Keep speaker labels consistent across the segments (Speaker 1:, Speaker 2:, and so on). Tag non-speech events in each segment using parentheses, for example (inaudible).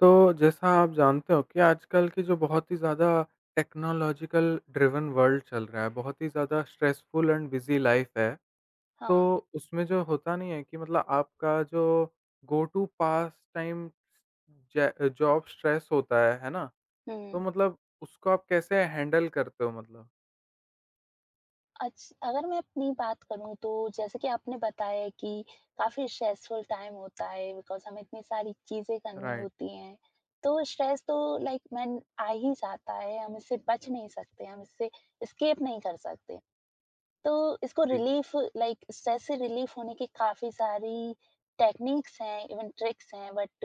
Speaker 1: तो जैसा आप जानते हो कि आजकल की जो बहुत ही ज़्यादा टेक्नोलॉजिकल ड्रिवन वर्ल्ड चल रहा है, बहुत ही ज़्यादा स्ट्रेसफुल एंड बिज़ी लाइफ है,
Speaker 2: हाँ,
Speaker 1: तो उसमें जो होता नहीं है कि मतलब आपका जो गो टू पास टाइम जै जॉब स्ट्रेस होता है ना? तो
Speaker 2: हुँ।
Speaker 1: मतलब उसको आप कैसे हैंडल करते हो मतलब?
Speaker 2: अच्छ अगर मैं अपनी बात करूँ तो जैसे कि आपने बताया कि काफ़ी स्ट्रेसफुल टाइम होता है बिकॉज़ हमें इतनी सारी चीज़ें करनी
Speaker 1: राइट,
Speaker 2: होती हैं। तो स्ट्रेस तो लाइक मैन आ ही जाता है। हम इससे बच नहीं सकते, हम इससे एस्केप नहीं कर सकते। तो इसको
Speaker 1: जी।
Speaker 2: रिलीफ़, लाइक स्ट्रेस से रिलीफ़ होने की काफ़ी सारी टेक्नीक्स हैं, इवन ट्रिक्स हैं, बट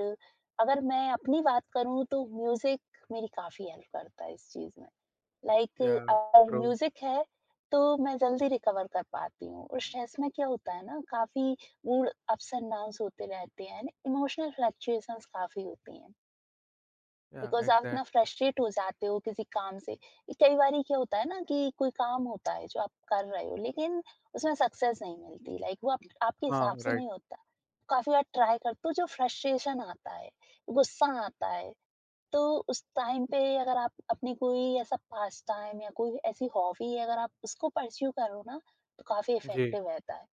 Speaker 2: अगर मैं अपनी बात करूँ तो म्यूज़िक मेरी काफ़ी हेल्प करता है इस चीज़ में। लाइक
Speaker 1: या
Speaker 2: अगर
Speaker 1: ट्रू,
Speaker 2: म्यूजिक है तो मैं जल्दी रिकवर कर पाती हूँ। और स्ट्रेस में क्या होता है ना, काफ़ी मूड अप्स एंड डाउन्स होते रहते हैं एंड इमोशनल फ्लक्चुएशंस काफ़ी होती हैं।
Speaker 1: या
Speaker 2: बिकॉज आप इतना
Speaker 1: एग्ज़ैक्टली।
Speaker 2: फ्रस्ट्रेट हो जाते हो किसी काम से कि कई बार क्या होता है ना, कि कोई काम होता है जो आप कर रहे हो लेकिन उसमें सक्सेस नहीं मिलती। लाइक वो, आप आपके
Speaker 1: हाँ,
Speaker 2: हिसाब से
Speaker 1: राइट।
Speaker 2: नहीं होता। काफी बार ट्राई करते हो, जो फ्रस्ट्रेशन आता है, गुस्सा आता है। तो उस टाइम पे अगर आप अपनी कोई ऐसा पास टाइम या कोई ऐसी हॉबी है, अगर आप उसको परस्यू करो ना, तो काफ़ी
Speaker 1: जी,
Speaker 2: इफ़ेक्टिव रहता है।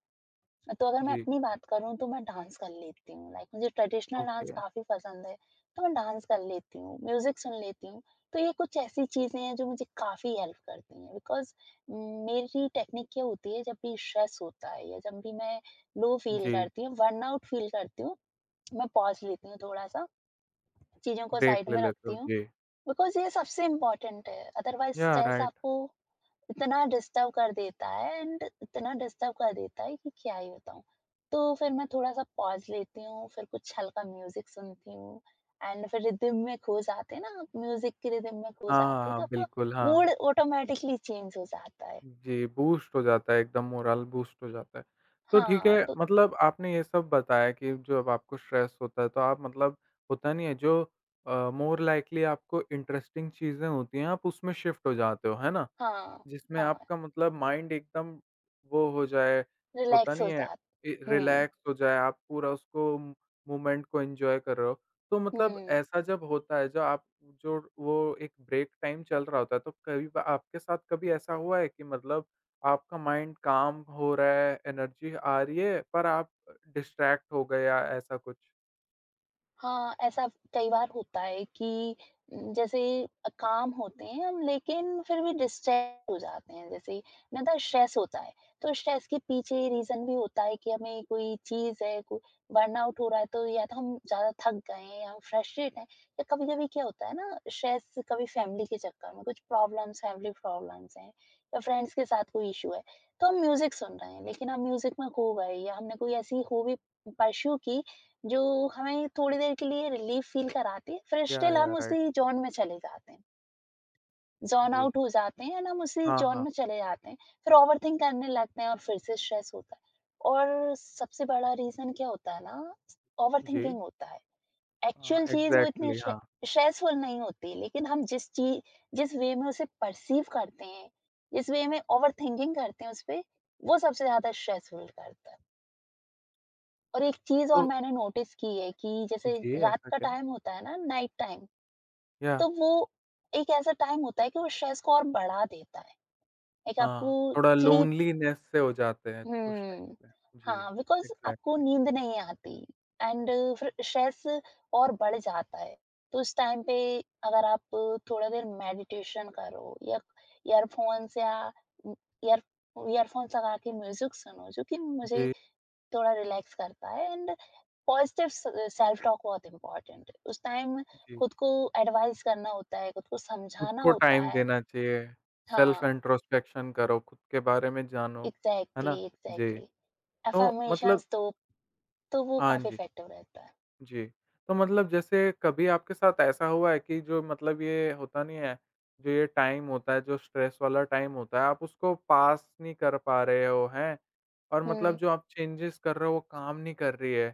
Speaker 2: तो अगर मैं
Speaker 1: जी,
Speaker 2: अपनी बात करूँ तो मैं डांस कर लेती हूँ, लाइक मुझे ट्रेडिशनल डांस
Speaker 1: ओके,
Speaker 2: काफ़ी पसंद है, तो मैं डांस कर लेती हूँ, म्यूज़िक सुन लेती हूँ। तो ये कुछ ऐसी चीज़ें हैं जो मुझे काफ़ी हेल्प करती हैं। बिकॉज़ मेरी टेक्निक क्या होती है, जब भी स्ट्रेस होता है या जब भी मैं लो फ़ील
Speaker 1: जी,
Speaker 2: करती हूँ, बर्नआउट फ़ील करती हूँ, मैं पॉज़ लेती हूँ थोड़ा-सा, चीज़ों को
Speaker 1: ब्रेक
Speaker 2: साइड
Speaker 1: ले
Speaker 2: में
Speaker 1: लेते
Speaker 2: रखती
Speaker 1: हो,
Speaker 2: हूँ।
Speaker 1: जी।
Speaker 2: बिकॉज़ ये सबसे इम्पोर्टेंट है, अदरवाइज़
Speaker 1: या
Speaker 2: स्ट्रेस
Speaker 1: राइट।
Speaker 2: आपको इतना डिस्टर्ब कर देता है एंड इतना डिस्टर्ब कर देता है कि क्या ही बताऊँ। तो फिर मैं थोड़ा-सा पॉज़ लेती हूँ, फिर कुछ हल्का म्यूज़िक सुनती हूँ एंड फिर रिदम में खो जाते हैं ना, आप म्यूज़िक की रिदम में खो
Speaker 1: हाँ,
Speaker 2: जाते हो, तो
Speaker 1: हाँ,
Speaker 2: आपका
Speaker 1: बिल्कुल, हाँ।
Speaker 2: मूड ऑटोमैटिकली चेंज हो जाता है।
Speaker 1: जी, बूस्ट हो जाता है एकदम मोरल बूस्ट हो जाता है। तो ठीक
Speaker 2: हाँ,
Speaker 1: है,
Speaker 2: तो
Speaker 1: मतलब आपने ये सब बताया कि जब आपको स्ट्रेस होता है तो आप मतलब होता नहीं है जो मोर लाइकली आपको इंटरेस्टिंग चीज़ें होती हैं, आप उसमें शिफ्ट हो जाते हो, है ना?
Speaker 2: हाँ,
Speaker 1: जिसमें
Speaker 2: हाँ,
Speaker 1: आपका मतलब माइंड एकदम वो हो जाए, होता
Speaker 2: रिलैक्स हो
Speaker 1: नहीं है?
Speaker 2: जाते हुँ,
Speaker 1: रिलैक्स हो जाए, आप पूरा उसको मोमेंट को एन्जॉय कर रहे हो। तो मतलब
Speaker 2: हुँ।
Speaker 1: ऐसा जब होता है, जो आप जो वो एक ब्रेक टाइम चल रहा होता है, तो कभी ब आपके साथ कभी ऐसा हुआ है कि मतलब आपका माइंड काम हो रहा है, एनर्जी आ रही है, पर आप डिस्ट्रैक्ट हो गए या ऐसा कुछ?
Speaker 2: हाँ, ऐसा कई बार होता है कि जैसे काम होते हैं हम, लेकिन फिर भी डिस्ट्रैक्ट हो जाते हैं, जैसे ज़्यादा स्ट्रेस होता है। तो स्ट्रेस के पीछे रीज़न भी होता है कि हमें कोई चीज़ है, को बर्नआउट हो रहा है, तो या तो हम ज़्यादा थक गए हैं या हम फ्रस्ट्रेट हैं, या कभी-कभी क्या होता है ना, स्ट्रेस कभी फैमिली के चक्कर में, कुछ प्रॉब्लम्स, फैमिली प्रॉब्लम्स हैं या फ्रेंड्स के साथ कोई इश्यू है, तो हम म्यूज़िक सुन रहे हैं, लेकिन हम म्यूज़िक में खो गए या हमने कोई ऐसी हॉबी परस्यू की जो हमें थोड़ी देर के लिए रिलीफ फील कराती है, फिर स्टिल
Speaker 1: या,
Speaker 2: हम
Speaker 1: राइट।
Speaker 2: उसी ज़ोन में चले जाते हैं। ज़ोन
Speaker 1: जी।
Speaker 2: आउट हो जाते हैं एंड हम उसी
Speaker 1: हाँ,
Speaker 2: ज़ोन
Speaker 1: हाँ।
Speaker 2: में चले जाते हैं। फिर ओवरथिंक करने लगते हैं और फिर से स्ट्रेस होता है। और सबसे बड़ा रीज़न क्या होता है ना,
Speaker 1: जी।
Speaker 2: ओवरथिंकिंग होता है।
Speaker 1: हाँ,
Speaker 2: एक्चुअल चीज़ वो इतनी
Speaker 1: एग्ज़ैक्टली, हाँ।
Speaker 2: स्ट्रेसफुल नहीं होती, लेकिन हम जिस वे में उसे परसीव करते हैं, जिस वे में ओवरथिंकिंग करते हैं उसपे, वो सबसे ज़्यादा स्ट्रेसफुल करता है। और एक चीज़ और
Speaker 1: तो
Speaker 2: मैंने नोटिस की है, कि जैसे
Speaker 1: जी,
Speaker 2: रात
Speaker 1: ऐसा
Speaker 2: का
Speaker 1: क्या?
Speaker 2: टाइम होता है ना, नाइट टाइम,
Speaker 1: या
Speaker 2: तो वो एक ऐसा टाइम होता है कि वो स्ट्रेस को और बढ़ा देता है। एक
Speaker 1: हाँ,
Speaker 2: आपको
Speaker 1: थोड़ा
Speaker 2: स्लीप,
Speaker 1: लोनलीनेस से हो जाते हैं उस
Speaker 2: हुँ।
Speaker 1: टाइम पे। जी,
Speaker 2: हाँ, बिकॉज़ आपको
Speaker 1: एग्ज़ैक्टली।
Speaker 2: नींद नहीं आती एंड फिर स्ट्रेस और बढ़ जाता है। तो उस टाइम पे अगर आप थोड़ा देर मेडिटेशन करो, या ईयरफ़ोन्स, या ईयर ईयरफ़ोन्स लगा के म्यूज़िक सुनो, जो कि मुझे
Speaker 1: जी,
Speaker 2: थोड़ा रिलैक्स करता है, एंड पॉजिटिव सेल्फ टॉक बहुत इम्पोर्टेंट है। उस टाइम
Speaker 1: जी।
Speaker 2: खुद को एडवाइस करना होता है, खुद को
Speaker 1: खुद
Speaker 2: समझाना
Speaker 1: को
Speaker 2: होता
Speaker 1: टाइम
Speaker 2: है।
Speaker 1: देना चाहिए, सेल्फ
Speaker 2: हाँ,
Speaker 1: इंट्रोस्पेक्शन करो, खुद के बारे में जानो, है
Speaker 2: एग्ज़ैक्टली,
Speaker 1: ना? जी,
Speaker 2: एग्ज़ैक्टली।
Speaker 1: तो मतलब
Speaker 2: अफ़र्मेशंस तो वो
Speaker 1: हाँ
Speaker 2: काफ़ी
Speaker 1: जी।
Speaker 2: इफ़ेक्टिव रहता है।
Speaker 1: जी। तो मतलब जैसे कभी आपके साथ ऐसा हुआ है कि जो मतलब ये होता नहीं है, जो ये टाइम होता है, जो स्ट्रेस वाला टाइम होता है, आप उसको पास नहीं कर पा रहे हो, हैं? और मतलब
Speaker 2: हुँ,
Speaker 1: जो आप चेंजेज़ कर रहे हो, वो काम नहीं कर रही है।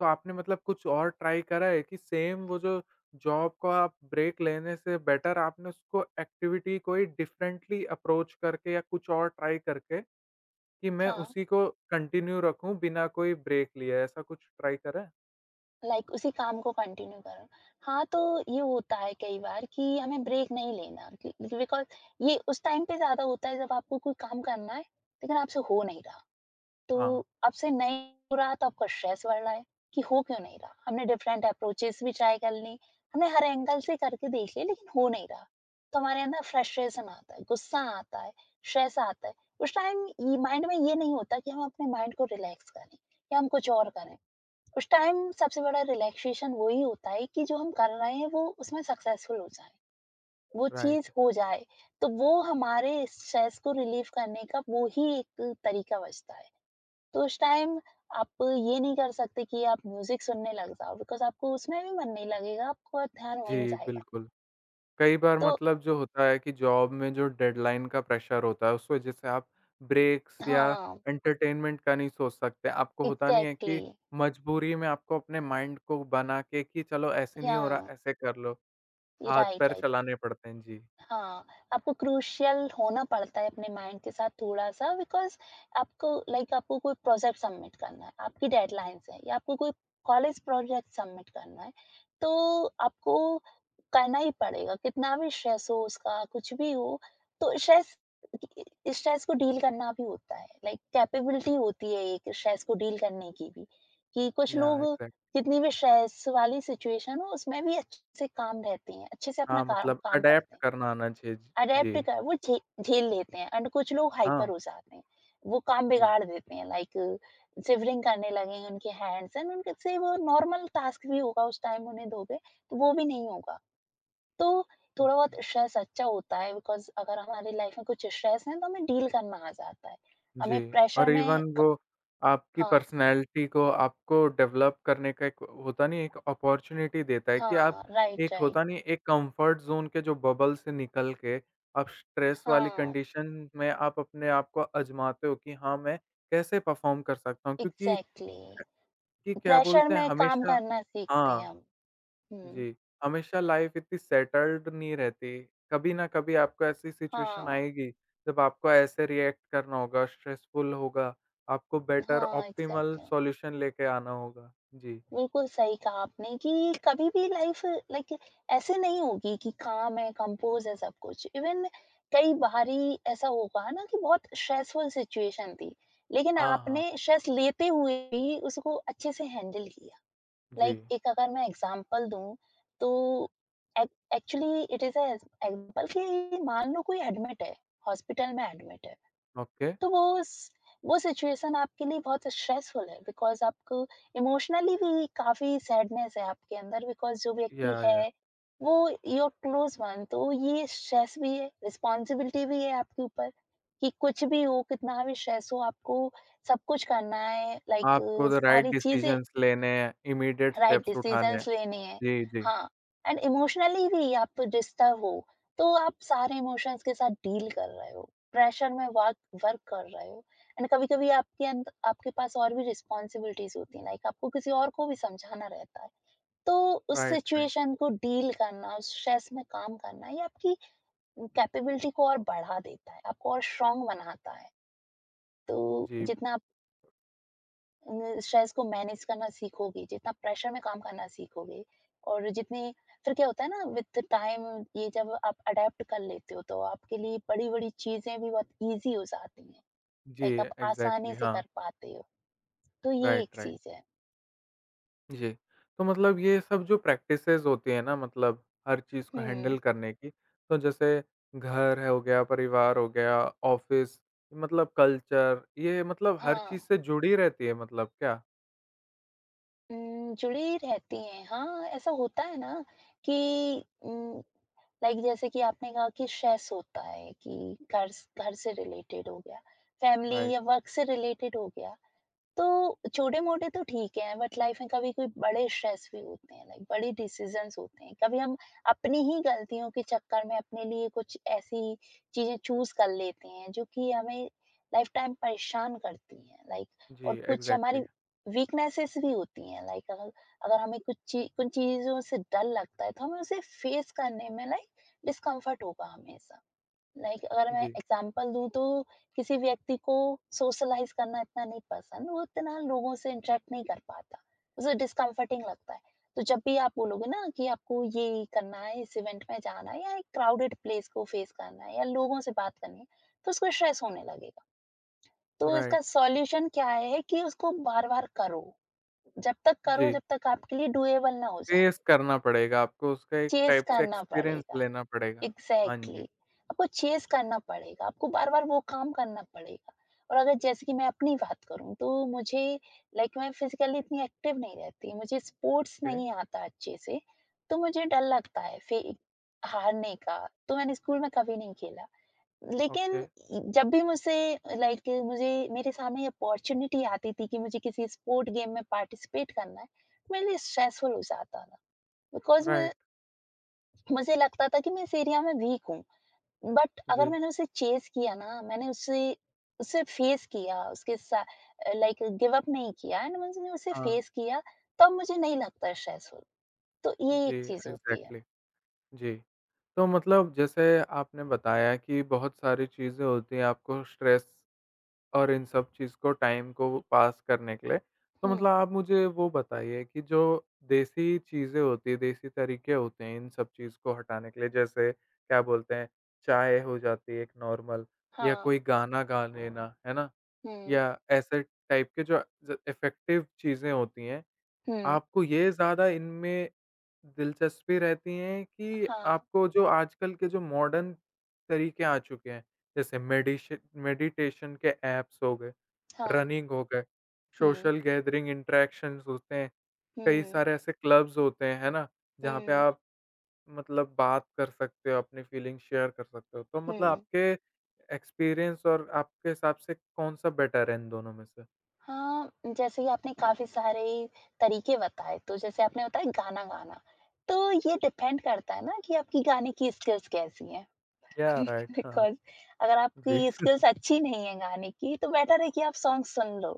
Speaker 1: तो आपने मतलब कुछ और ट्राई करा है कि सेम वो जो जॉब का आप ब्रेक लेने से बेटर आपने उसको एक्टिविटी कोई डिफरेंटली अप्रोच करके या कुछ और ट्राई करके कि मैं
Speaker 2: हाँ,
Speaker 1: उसी को कंटिन्यू रखूँ बिना कोई ब्रेक लिए, ऐसा कुछ ट्राई करा है?
Speaker 2: लाइक उसी काम को कंटिन्यू करो। हाँ, तो ये होता है कई बार कि हमें ब्रेक नहीं लेना बि बिकॉज़ ये उस टाइम पे ज़्यादा होता है, जब आपको कोई काम करना है, लेकिन आपसे हो नहीं रहा।
Speaker 1: हाँ,
Speaker 2: तो आपसे नहीं हो रहा, तो आपका स्ट्रेस बढ़ रहा है कि हो क्यों नहीं रहा, हमने डिफरेंट अप्रोचेस भी ट्राई कर ली, हमने हर एंगल से करके देख लिया लेकिन हो नहीं रहा। तो हमारे अंदर फ्रस्ट्रेशन आता है, गुस्सा आता है, स्ट्रेस आता है। उस टाइम माइंड में ये नहीं होता कि हम अपने माइंड को रिलैक्स करें या हम कुछ और करें। उस टाइम सबसे बड़ा रिलैक्सेशन वही होता है कि जो हम कर रहे हैं वो उसमें सक्सेसफुल हो जाए, वो चीज
Speaker 1: राइट।
Speaker 2: हो जाए। तो वो हमारे स्ट्रेस को रिलीव करने का वो ही एक तरीका बचता है। तो उस टाइम आप ये नहीं कर सकते कि आप म्यूज़िक सुनने लग जाओ, बिकॉज़ आपको उसमें भी मन नहीं लगेगा, आपका ध्यान वहीं
Speaker 1: जी,
Speaker 2: जाएगा।
Speaker 1: बिल्कुल। कई बार
Speaker 2: तो
Speaker 1: मतलब जो होता है कि जॉब में जो डेडलाइन का प्रेशर होता है, उस वजह से आप ब्रेक्स या
Speaker 2: हाँ,
Speaker 1: एंटरटेनमेंट का नहीं सोच सकते। आपको होता नहीं है
Speaker 2: एग्ज़ैक्टली।
Speaker 1: कि मजबूरी में आपको अपने माइंड को बना के कि चलो ऐसे नहीं
Speaker 2: या,
Speaker 1: हो रहा, ऐसे कर लो।
Speaker 2: राइट,
Speaker 1: हाथ-पैर
Speaker 2: राइट।
Speaker 1: चलाने पड़ते हैं। जी।
Speaker 2: हाँ, आपको क्रूशियल होना पड़ता है अपने माइंड के साथ थोड़ा-सा, बिकॉज़ आपको, लाइक आपको कोई प्रोजेक्ट सबमिट करना है, आपकी डेडलाइन्स हैं, या आपको कोई कॉलेज प्रोजेक्ट सबमिट करना है, तो आपको करना ही पड़ेगा, कितना भी स्ट्रेस हो उसका, कुछ भी हो। तो स्ट्रेस स्ट्रेस को डील करना भी होता है, लाइक कैपेबिलिटी होती है एक स्ट्रेस को डील करने की भी, कि कुछ
Speaker 1: या
Speaker 2: लोग
Speaker 1: एग्ज़ैक्ट
Speaker 2: कितनी भी स्ट्रेस वाली सिचुएशन हो, उसमें भी अच्छे से काम रहते हैं, अच्छे से अपना
Speaker 1: हाँ,
Speaker 2: काम
Speaker 1: मतलब
Speaker 2: काम करते
Speaker 1: अडैप्ट
Speaker 2: हैं।
Speaker 1: करना आना चाहिए। जी।
Speaker 2: अडैप्ट
Speaker 1: जी,
Speaker 2: कर वो झे झेल लेते हैं एंड कुछ लोग हाइपर
Speaker 1: हाँ।
Speaker 2: हो जाते हैं। वो काम
Speaker 1: बि
Speaker 2: बिगाड़ देते हैं, लाइक शिवरिंग करने लगेंगे उनके हैंड्स, एंड उनके से वो नॉर्मल टास्क भी, होगा उस टाइम उन्हें दोगे, तो वो भी नहीं होगा। तो थोड़ा बहुत
Speaker 1: जी।
Speaker 2: स्ट्रेस अच्छा होता है, बिकॉज़ अगर हमारी लाइफ में कुछ स्ट्रेस है, तो हमें डील करना आ जाता है। हमें
Speaker 1: जी,
Speaker 2: प्रेशर
Speaker 1: और
Speaker 2: में
Speaker 1: इवन
Speaker 2: क
Speaker 1: वो आपकी
Speaker 2: हाँ,
Speaker 1: पर्सनैलिटी को आपको डेवलप करने का एक होता नहीं है, एक अपॉर्च्युनिटी देता है कि आप
Speaker 2: हाँ, राइट,
Speaker 1: एक
Speaker 2: राइट।
Speaker 1: होता नहीं एक कंफर्ट ज़ोन के जो बबल से निकल के, आप स्ट्रेस वाली
Speaker 2: हाँ,
Speaker 1: कंडीशन में आप अपने आप को आज़माते हो कि हाँ, मैं कैसे परफ़ॉर्म कर सकता हूँ? क्योंकि
Speaker 2: एग्ज़ैक्टली।
Speaker 1: कि क्या
Speaker 2: प्रेशर
Speaker 1: बोलते हैं
Speaker 2: में काम
Speaker 1: हमेशा
Speaker 2: करना सीखते हैं
Speaker 1: हाँ।
Speaker 2: हम। हुँ,
Speaker 1: जी, हमेशा लाइफ़ इतनी सेटल्ड नहीं रहती। कभी ना कभी आपको ऐसी सिचुएशन
Speaker 2: हाँ,
Speaker 1: आएगी, जब आपको ऐसे रिएक्ट करना होगा, स्ट्रेसफुल होगा, आपको बेटर
Speaker 2: हाँ,
Speaker 1: ऑप्टिमल
Speaker 2: एग्ज़ैक्टली।
Speaker 1: सॉल्यूशन लेके आना होगा। जी।
Speaker 2: बिल्कुल सही कहा आपने कि कभी भी लाइफ, लाइक ऐसे नहीं होगी कि काम है, कंपोज है, सब कुछ। इवन कई बारी ऐसा होगा ना कि बहुत स्ट्रेसफुल सिचुएशन थी, लेकिन
Speaker 1: हाँ, हाँ।
Speaker 2: आपने स्ट्रेस लेते हुए भी उसको अच्छे से हैंडल किया।
Speaker 1: जी,
Speaker 2: लाइक एक, अगर मैं एग्जांपल दूं, तो एक्चुअली इट इज एग्जांपल कि मान लो कोई एडमिट है, हॉस्पिटल में एडमिट है,
Speaker 1: ओके।
Speaker 2: तो वो सिचुएशन आपके लिए बहुत स्ट्रेसफुल है, बिकॉज़ आपको इमोशनली भी काफ़ी सैडनेस है आपके अंदर, बिकॉज़ जो व्यक्ति
Speaker 1: या
Speaker 2: है, वो योर क्लोज़ वन, तो ये स्ट्रेस भी है, रिस्पॉन्सिबिलिटी भी है आपके ऊपर, कि कुछ भी हो, कितना भी स्ट्रेस हो, आपको सब कुछ करना है, लाइक
Speaker 1: आपको द राइट
Speaker 2: सारी चीज़ें,
Speaker 1: डिसीजंस लेने हैं, इमीडिएट
Speaker 2: राइट
Speaker 1: स्टेप्स उठाने
Speaker 2: डिसीजंस
Speaker 1: हैं।
Speaker 2: लेने हैं।
Speaker 1: जी, जी।
Speaker 2: हाँ, एंड इमोशनली भी आप डिस्टर्ब हो, तो आप सारे इमोशंस के साथ डील कर रहे हो, प्रेशर में वर्क वर्क कर रहे हो, एंड कभी कभी आपके अंदर, आपके पास और भी रिस्पॉन्सिबिलिटीज होती हैं, लाइक आपको किसी और को भी समझाना रहता है। तो उस
Speaker 1: राइट, राइट।
Speaker 2: सिचुएशन को डील करना, उस स्ट्रेस में काम करना, ये आपकी कैपेबिलिटी को और बढ़ा देता है, आपको और स्ट्रांग बनाता है। तो
Speaker 1: जी,
Speaker 2: जितना स्ट्रेस को मैनेज करना सीखोगे, जितना प्रेशर में काम करना सीखोगे, और जितनी, फिर क्या होता है ना विद टाइम, ये जब आप अडैप्ट कर लेते हो, तो आपके लिए बड़ी-बड़ी चीज़ें भी बहुत ईज़ी हो जाती हैं।
Speaker 1: जी,
Speaker 2: लाइक आप
Speaker 1: एग्ज़ैक्टली
Speaker 2: आसानी से
Speaker 1: हाँ,
Speaker 2: कर पाते हो। तो ये
Speaker 1: राइट,
Speaker 2: एक
Speaker 1: राइट।
Speaker 2: चीज़ है।
Speaker 1: जी। तो मतलब ये सब जो प्रैक्टिसेज़ होती हैं ना मतलब हर चीज़ को
Speaker 2: हुँ,
Speaker 1: हैंडल करने की, तो जैसे घर है हो गया, परिवार हो गया, ऑफ़िस मतलब कल्चर, ये मतलब हर
Speaker 2: हाँ।
Speaker 1: चीज़ से जुड़ी रहती है मतलब क्या?
Speaker 2: जुड़ी रहती हैं। हाँ, ऐसा होता है ना कि लाइक जैसे कि आपने कहा कि स्ट्रेस होता है कि घर से रिलेटेड हो गया, फैमिली
Speaker 1: राइट।
Speaker 2: या वर्क से रिलेटेड हो गया। तो छोटे-मोटे तो ठीक हैं, बट लाइफ में कभी कोई बड़े स्ट्रेस भी होते हैं, लाइक बड़े डिसीजंस होते हैं। कभी हम अपनी ही गलतियों के चक्कर में अपने लिए कुछ ऐसी चीज़ें चूज़ कर लेते हैं जो कि हमें लाइफ टाइम परेशान करती हैं, लाइक,
Speaker 1: जी,
Speaker 2: और कुछ हमारी
Speaker 1: एग्ज़ैक्टली।
Speaker 2: वीकनेसेस भी होती हैं, लाइक अगर, हमें कुछ चीज़ों से डर लगता है, तो हमें उसे फेस करने में लाइक डिस्कम्फर्ट होगा हमेशा। लाइक, अगर मैं
Speaker 1: जी,
Speaker 2: एग्जांपल दूँ, तो किसी व्यक्ति को सोशलाइज़ करना इतना नहीं पसंद, वो इतना लोगों से इंटरैक्ट नहीं कर पाता, उसे डिस्कम्फर्टिंग लगता है। तो जब भी आप बोलोगे ना कि आपको ये करना है, इस इवेंट में जाना है, या एक क्राउडेड प्लेस को फेस करना है, या लोगों से बात करनी है, तो उसको स्ट्रेस होने लगेगा। तो इसका
Speaker 1: राइट।
Speaker 2: सॉल्यूशन क्या है, कि उसको बार-बार करो
Speaker 1: जी,
Speaker 2: जब तक आपके लिए डूएबल ना हो जाए,
Speaker 1: फेस करना पड़ेगा आपको उसका एक
Speaker 2: चेज़
Speaker 1: टाइप से
Speaker 2: करना
Speaker 1: एक्सपीरियंस
Speaker 2: पड़ेगा।
Speaker 1: लेना पड़ेगा। हाँ
Speaker 2: एग्जैक्टली,
Speaker 1: जी।
Speaker 2: आपको चेज करना पड़ेगा, आपको बार बार वो काम करना पड़ेगा। और अगर जैसे कि मैं अपनी बात करूं, तो मुझे, लाइक मैं फिजिकली इतनी एक्टिव नहीं रहती, मुझे स्पोर्ट्स
Speaker 1: ओके,
Speaker 2: नहीं आता अच्छे से, तो मुझे डर लगता है फिर हारने का, तो मैंने स्कूल में कभी नहीं खेला,
Speaker 1: ओके,
Speaker 2: लेकिन जब भी मुझसे, लाइक मुझे मेरे सामने अपॉर्चुनिटी आती थी कि मुझे किसी स्पोर्ट गेम में पार्टिसिपेट करना है, मेरे लिए स्ट्रेसफुल हो जाता था, बिकॉज मैं,
Speaker 1: राइट।
Speaker 2: मुझे लगता था कि मैं इस एरिया में वीक हूँ, बट अगर
Speaker 1: जी,
Speaker 2: मैंने उसे चेज़ किया ना, मैंने उसे उसे फेस किया, उसके सा लाइक गिव अप नहीं किया, एंड मैंने उसे
Speaker 1: हाँ।
Speaker 2: फेस किया, तब मुझे नहीं लगता स्ट्रेसफुल। तो ये एक
Speaker 1: जी,
Speaker 2: चीज़ होती है।
Speaker 1: एग्ज़ैक्टली। जी। तो मतलब जैसे आपने बताया कि बहुत सारी चीज़ें होती हैं आपको स्ट्रेस और इन सब चीज़ को टाइम को पास करने के लिए। तो
Speaker 2: हुँ,
Speaker 1: मतलब आप मुझे वो बताइए कि जो देसी चीज़ें होती हैं, देसी तरीके होते हैं इन सब चीज़ को हटाने के लिए जैसे क्या बोलते हैं, चाय हो जाती है एक नॉर्मल या
Speaker 2: हाँ,
Speaker 1: कोई गाना गा लेना, है ना?
Speaker 2: हुँ,
Speaker 1: या ऐसे टाइप के जो ज इफ़ेक्टिव चीज़ें होती हैं,
Speaker 2: हुँ,
Speaker 1: आपको ये ज़्यादा इनमें दिलचस्पी रहती है कि
Speaker 2: हाँ,
Speaker 1: आपको जो आजकल के जो मॉडर्न तरीके आ चुके हैं, जैसे मेडिश मेडिटेशन के ऐप्स हो गए,
Speaker 2: हाँ,
Speaker 1: रनिंग हो गए,
Speaker 2: हुँ,
Speaker 1: सोशल गैदरिंग इंटरैक्शंस होते हैं, कई
Speaker 2: हुँ,
Speaker 1: सारे ऐसे क्लब्स होते हैं, है ना? जहाँ पे
Speaker 2: हुँ,
Speaker 1: आप मतलब बात कर सकते हो, अपनी फीलिंग शेयर कर सकते हो। तो मतलब
Speaker 2: हुँ।
Speaker 1: आपके एक्सपीरियंस और आपके हिसाब से कौन-सा बेटर है इन दोनों में से?
Speaker 2: हाँ, जैसे कि आपने काफ़ी सारे तरीके बताए, तो जैसे आपने बताया गाना गाना, तो ये डिपेंड करता है ना कि आपकी गाने की स्किल्स कैसी हैं।
Speaker 1: या राइट हाँ,
Speaker 2: बिकॉज़ अगर
Speaker 1: जी।
Speaker 2: आपकी
Speaker 1: (laughs)
Speaker 2: स्किल्स अच्छी नहीं है गाने की, तो बेटर है कि आप सॉन्ग सुन लो।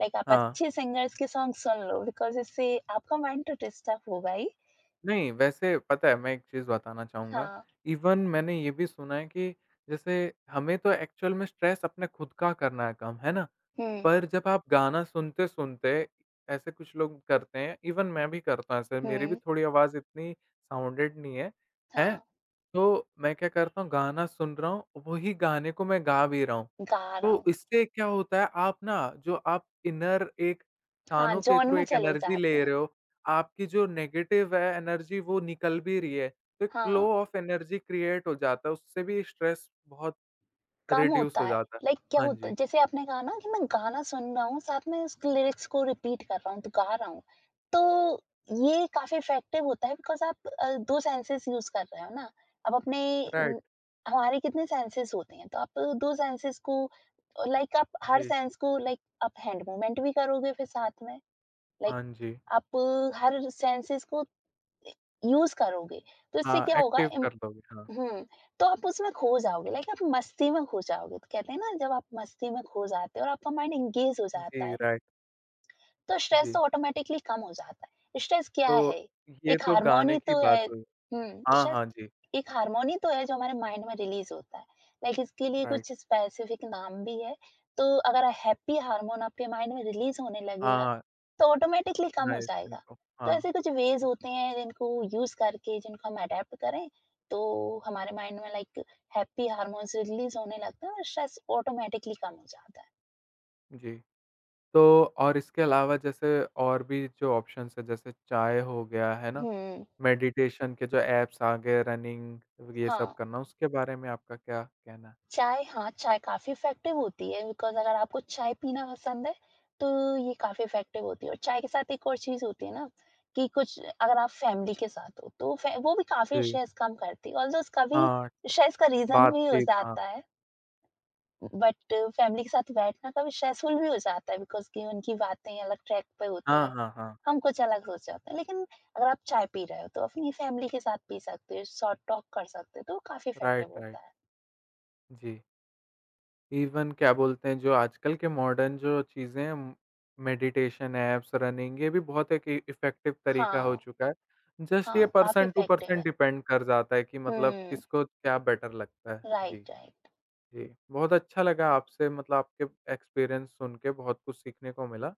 Speaker 2: लाइक आप
Speaker 1: हाँ।
Speaker 2: अच्छे सिंगर्स के सॉन्ग सुन लो, बिकॉज़ इससे आपका माइंड तो डिस्टर्ब होगा ही।
Speaker 1: नहीं, वैसे पता है मैं एक चीज़ बताना चाहूँगा,
Speaker 2: हाँ।
Speaker 1: इवन मैंने ये भी सुना है कि जैसे हमें तो एक्चुअल में स्ट्रेस अपने खुद का करना है कम, है ना?
Speaker 2: हुँ,
Speaker 1: पर जब आप गाना सुनते-सुनते ऐसे कुछ लोग करते हैं, इवन मैं भी करता हूँ ऐसे, मेरी भी
Speaker 2: हुँ।
Speaker 1: थोड़ी आवाज़ इतनी साउंडेड नहीं है, हैं?
Speaker 2: हाँ,
Speaker 1: तो मैं क्या करता हूँ गाना सुन रहा हूँ, वही गाने को मैं गा भी रहा हूँ।
Speaker 2: गा रहा
Speaker 1: तो
Speaker 2: हूँ।
Speaker 1: इससे क्या होता है आप ना जो आप इनर एक
Speaker 2: हाँ,
Speaker 1: कानों के
Speaker 2: जॉन
Speaker 1: थ्रू
Speaker 2: में
Speaker 1: एक
Speaker 2: चले
Speaker 1: एनर्जी
Speaker 2: जाते
Speaker 1: ले
Speaker 2: हैं।
Speaker 1: रहे हो, आपकी जो नेगेटिव है एनर्जी वो निकल भी रही है। तो एक
Speaker 2: हाँ।
Speaker 1: फ्लो ऑफ एनर्जी क्रिएट हो जाता है, उससे भी स्ट्रेस बहुत
Speaker 2: कम
Speaker 1: रिड्यूस
Speaker 2: होता
Speaker 1: हो
Speaker 2: है।
Speaker 1: जाता है।
Speaker 2: लाइक क्या
Speaker 1: हाँ
Speaker 2: होता है,
Speaker 1: जी,
Speaker 2: जैसे आपने कहा ना कि मैं गाना सुन रहा हूँ, साथ में उसके लिरिक्स को रिपीट कर रहा हूँ, तो गा रहा हूँ। तो ये काफ़ी इफ़ेक्टिव होता है, बिकॉज़ आप 2 सेंसेस यूज़ कर रहे हो ना। अब अपने उम,
Speaker 1: राइट।
Speaker 2: हमारे कितने सेंसेस होते हैं, तो आप 2 सेंसेस को, लाइक आप हर
Speaker 1: जी,
Speaker 2: सेंस को, लाइक आप हैंड मूवमेंट भी करोगे फिर साथ में, लाइक
Speaker 1: हाँ जी।
Speaker 2: आप हर सेंसेस को यूज़ करोगे। तो इससे
Speaker 1: हाँ,
Speaker 2: क्या होगा,
Speaker 1: एक्टिव
Speaker 2: इम
Speaker 1: कर दोगे, हाँ।
Speaker 2: हुँ, तो आप उसमें खो जाओगे, लाइक आप मस्ती में खो जाओगे। तो कहते हैं ना, जब आप मस्ती में खो जाते हो और आपका माइंड एंगेज हो जाता
Speaker 1: जी,
Speaker 2: है,
Speaker 1: राइट,
Speaker 2: तो स्ट्रेस
Speaker 1: जी।
Speaker 2: तो ऑटोमैटिकली कम हो जाता है। स्ट्रेस क्या
Speaker 1: तो
Speaker 2: है?
Speaker 1: ये
Speaker 2: एक
Speaker 1: तो
Speaker 2: हार्मोन
Speaker 1: गाने
Speaker 2: ही
Speaker 1: की
Speaker 2: तो
Speaker 1: बात
Speaker 2: है।
Speaker 1: हुई।
Speaker 2: हुँ,
Speaker 1: हाँ,
Speaker 2: स्ट्रेस
Speaker 1: हाँ जी,
Speaker 2: एक हार्मोनी तो है, जो हमारे माइंड में रिलीज़ होता है। लाइक इसके लिए कुछ
Speaker 1: राइट।
Speaker 2: स्पेसिफिक नाम भी है। तो अगर हैप्पी हार्मोन आपके माइंड में रिलीज़ होने लगेगा,
Speaker 1: हाँ।
Speaker 2: तो ऑटोमैटिकली कम हो
Speaker 1: नाइस
Speaker 2: जाएगा।
Speaker 1: इनको
Speaker 2: तो
Speaker 1: हाँ।
Speaker 2: ऐसे कुछ वेज़
Speaker 1: जी,
Speaker 2: होते हैं जिनको यूज़ करके, जिनको हम अडॉप्ट करें, तो हमारे माइंड में लाइक हैप्पी हार्मोन्स रिलीज़ होने लगते हैं, और स्ट्रेस ऑटोमैटिकली कम हो जाता है।
Speaker 1: जी। तो और इसके अलावा जैसे और भी जो ऑप्शंस हैं जैसे चाय हो गया, है ना?
Speaker 2: हुँ,
Speaker 1: मेडिटेशन के जो ऐप्स आ गए रनिंग ये सब
Speaker 2: हाँ।
Speaker 1: करना उसके बारे में आपका क्या कहना है?
Speaker 2: चाय, हाँ, चाय काफ़ी इफ़ेक्टिव होती है, बिकॉज़ अगर आपको चाय पीना पसंद है, तो ये काफ़ी इफ़ेक्टिव होती है। और चाय के साथ एक और चीज़ होती है ना, कि कुछ अगर आप फैमिली के साथ हो, तो फै वो भी काफ़ी
Speaker 1: जी।
Speaker 2: स्ट्रेस कम करती है। ऑल्दो उसका भी
Speaker 1: हाँ,
Speaker 2: स्ट्रेस का रीज़न भी हो
Speaker 1: बातचीत हाँ।
Speaker 2: जाता है, बट फैमिली के साथ बैठना कभी स्ट्रेसफुल भी हो जाता है, बिकॉज़ कि उनकी बातें अलग ट्रैक पे होती हैं,
Speaker 1: हाँ,
Speaker 2: और
Speaker 1: हाँ, हाँ।
Speaker 2: हम कुछ अलग सोच जाते हैं। लेकिन अगर आप चाय पी रहे हो, तो अपनी फैमिली के साथ पी सकते हो, शॉर्ट टॉक कर सकते हो, तो वो काफ़ी
Speaker 1: राइट,
Speaker 2: इफ़ेक्टिव होता
Speaker 1: राइट।
Speaker 2: है।
Speaker 1: जी। इवन क्या बोलते हैं, जो आजकल के मॉडर्न जो चीज़ें हैं, मेडिटेशन ऐप्स, रनिंग, ये भी बहुत एक इ इफ़ेक्टिव तरीका हो
Speaker 2: हाँ।
Speaker 1: चुका है। जस्ट ये
Speaker 2: हाँ, काफ़ी
Speaker 1: पर्सन टू
Speaker 2: इफ़ेक्टिव
Speaker 1: पर्सन
Speaker 2: है।
Speaker 1: डिपेंड कर जाता है कि मतलब
Speaker 2: हुँ,
Speaker 1: किसको क्या बेटर लगता है। जी,
Speaker 2: राइट, राइट।
Speaker 1: जी। बहुत अच्छा लगा आपसे मतलब आपके एक्सपीरियंस सुन के बहुत कुछ सीखने को मिला।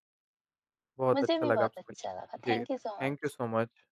Speaker 1: बहुत
Speaker 2: मुझे
Speaker 1: अच्छा
Speaker 2: भी
Speaker 1: लगा
Speaker 2: बहुत
Speaker 1: आपसे
Speaker 2: अच्छा लगा।
Speaker 1: मिलके। जी,
Speaker 2: thank you so
Speaker 1: thank you
Speaker 2: much.
Speaker 1: So much.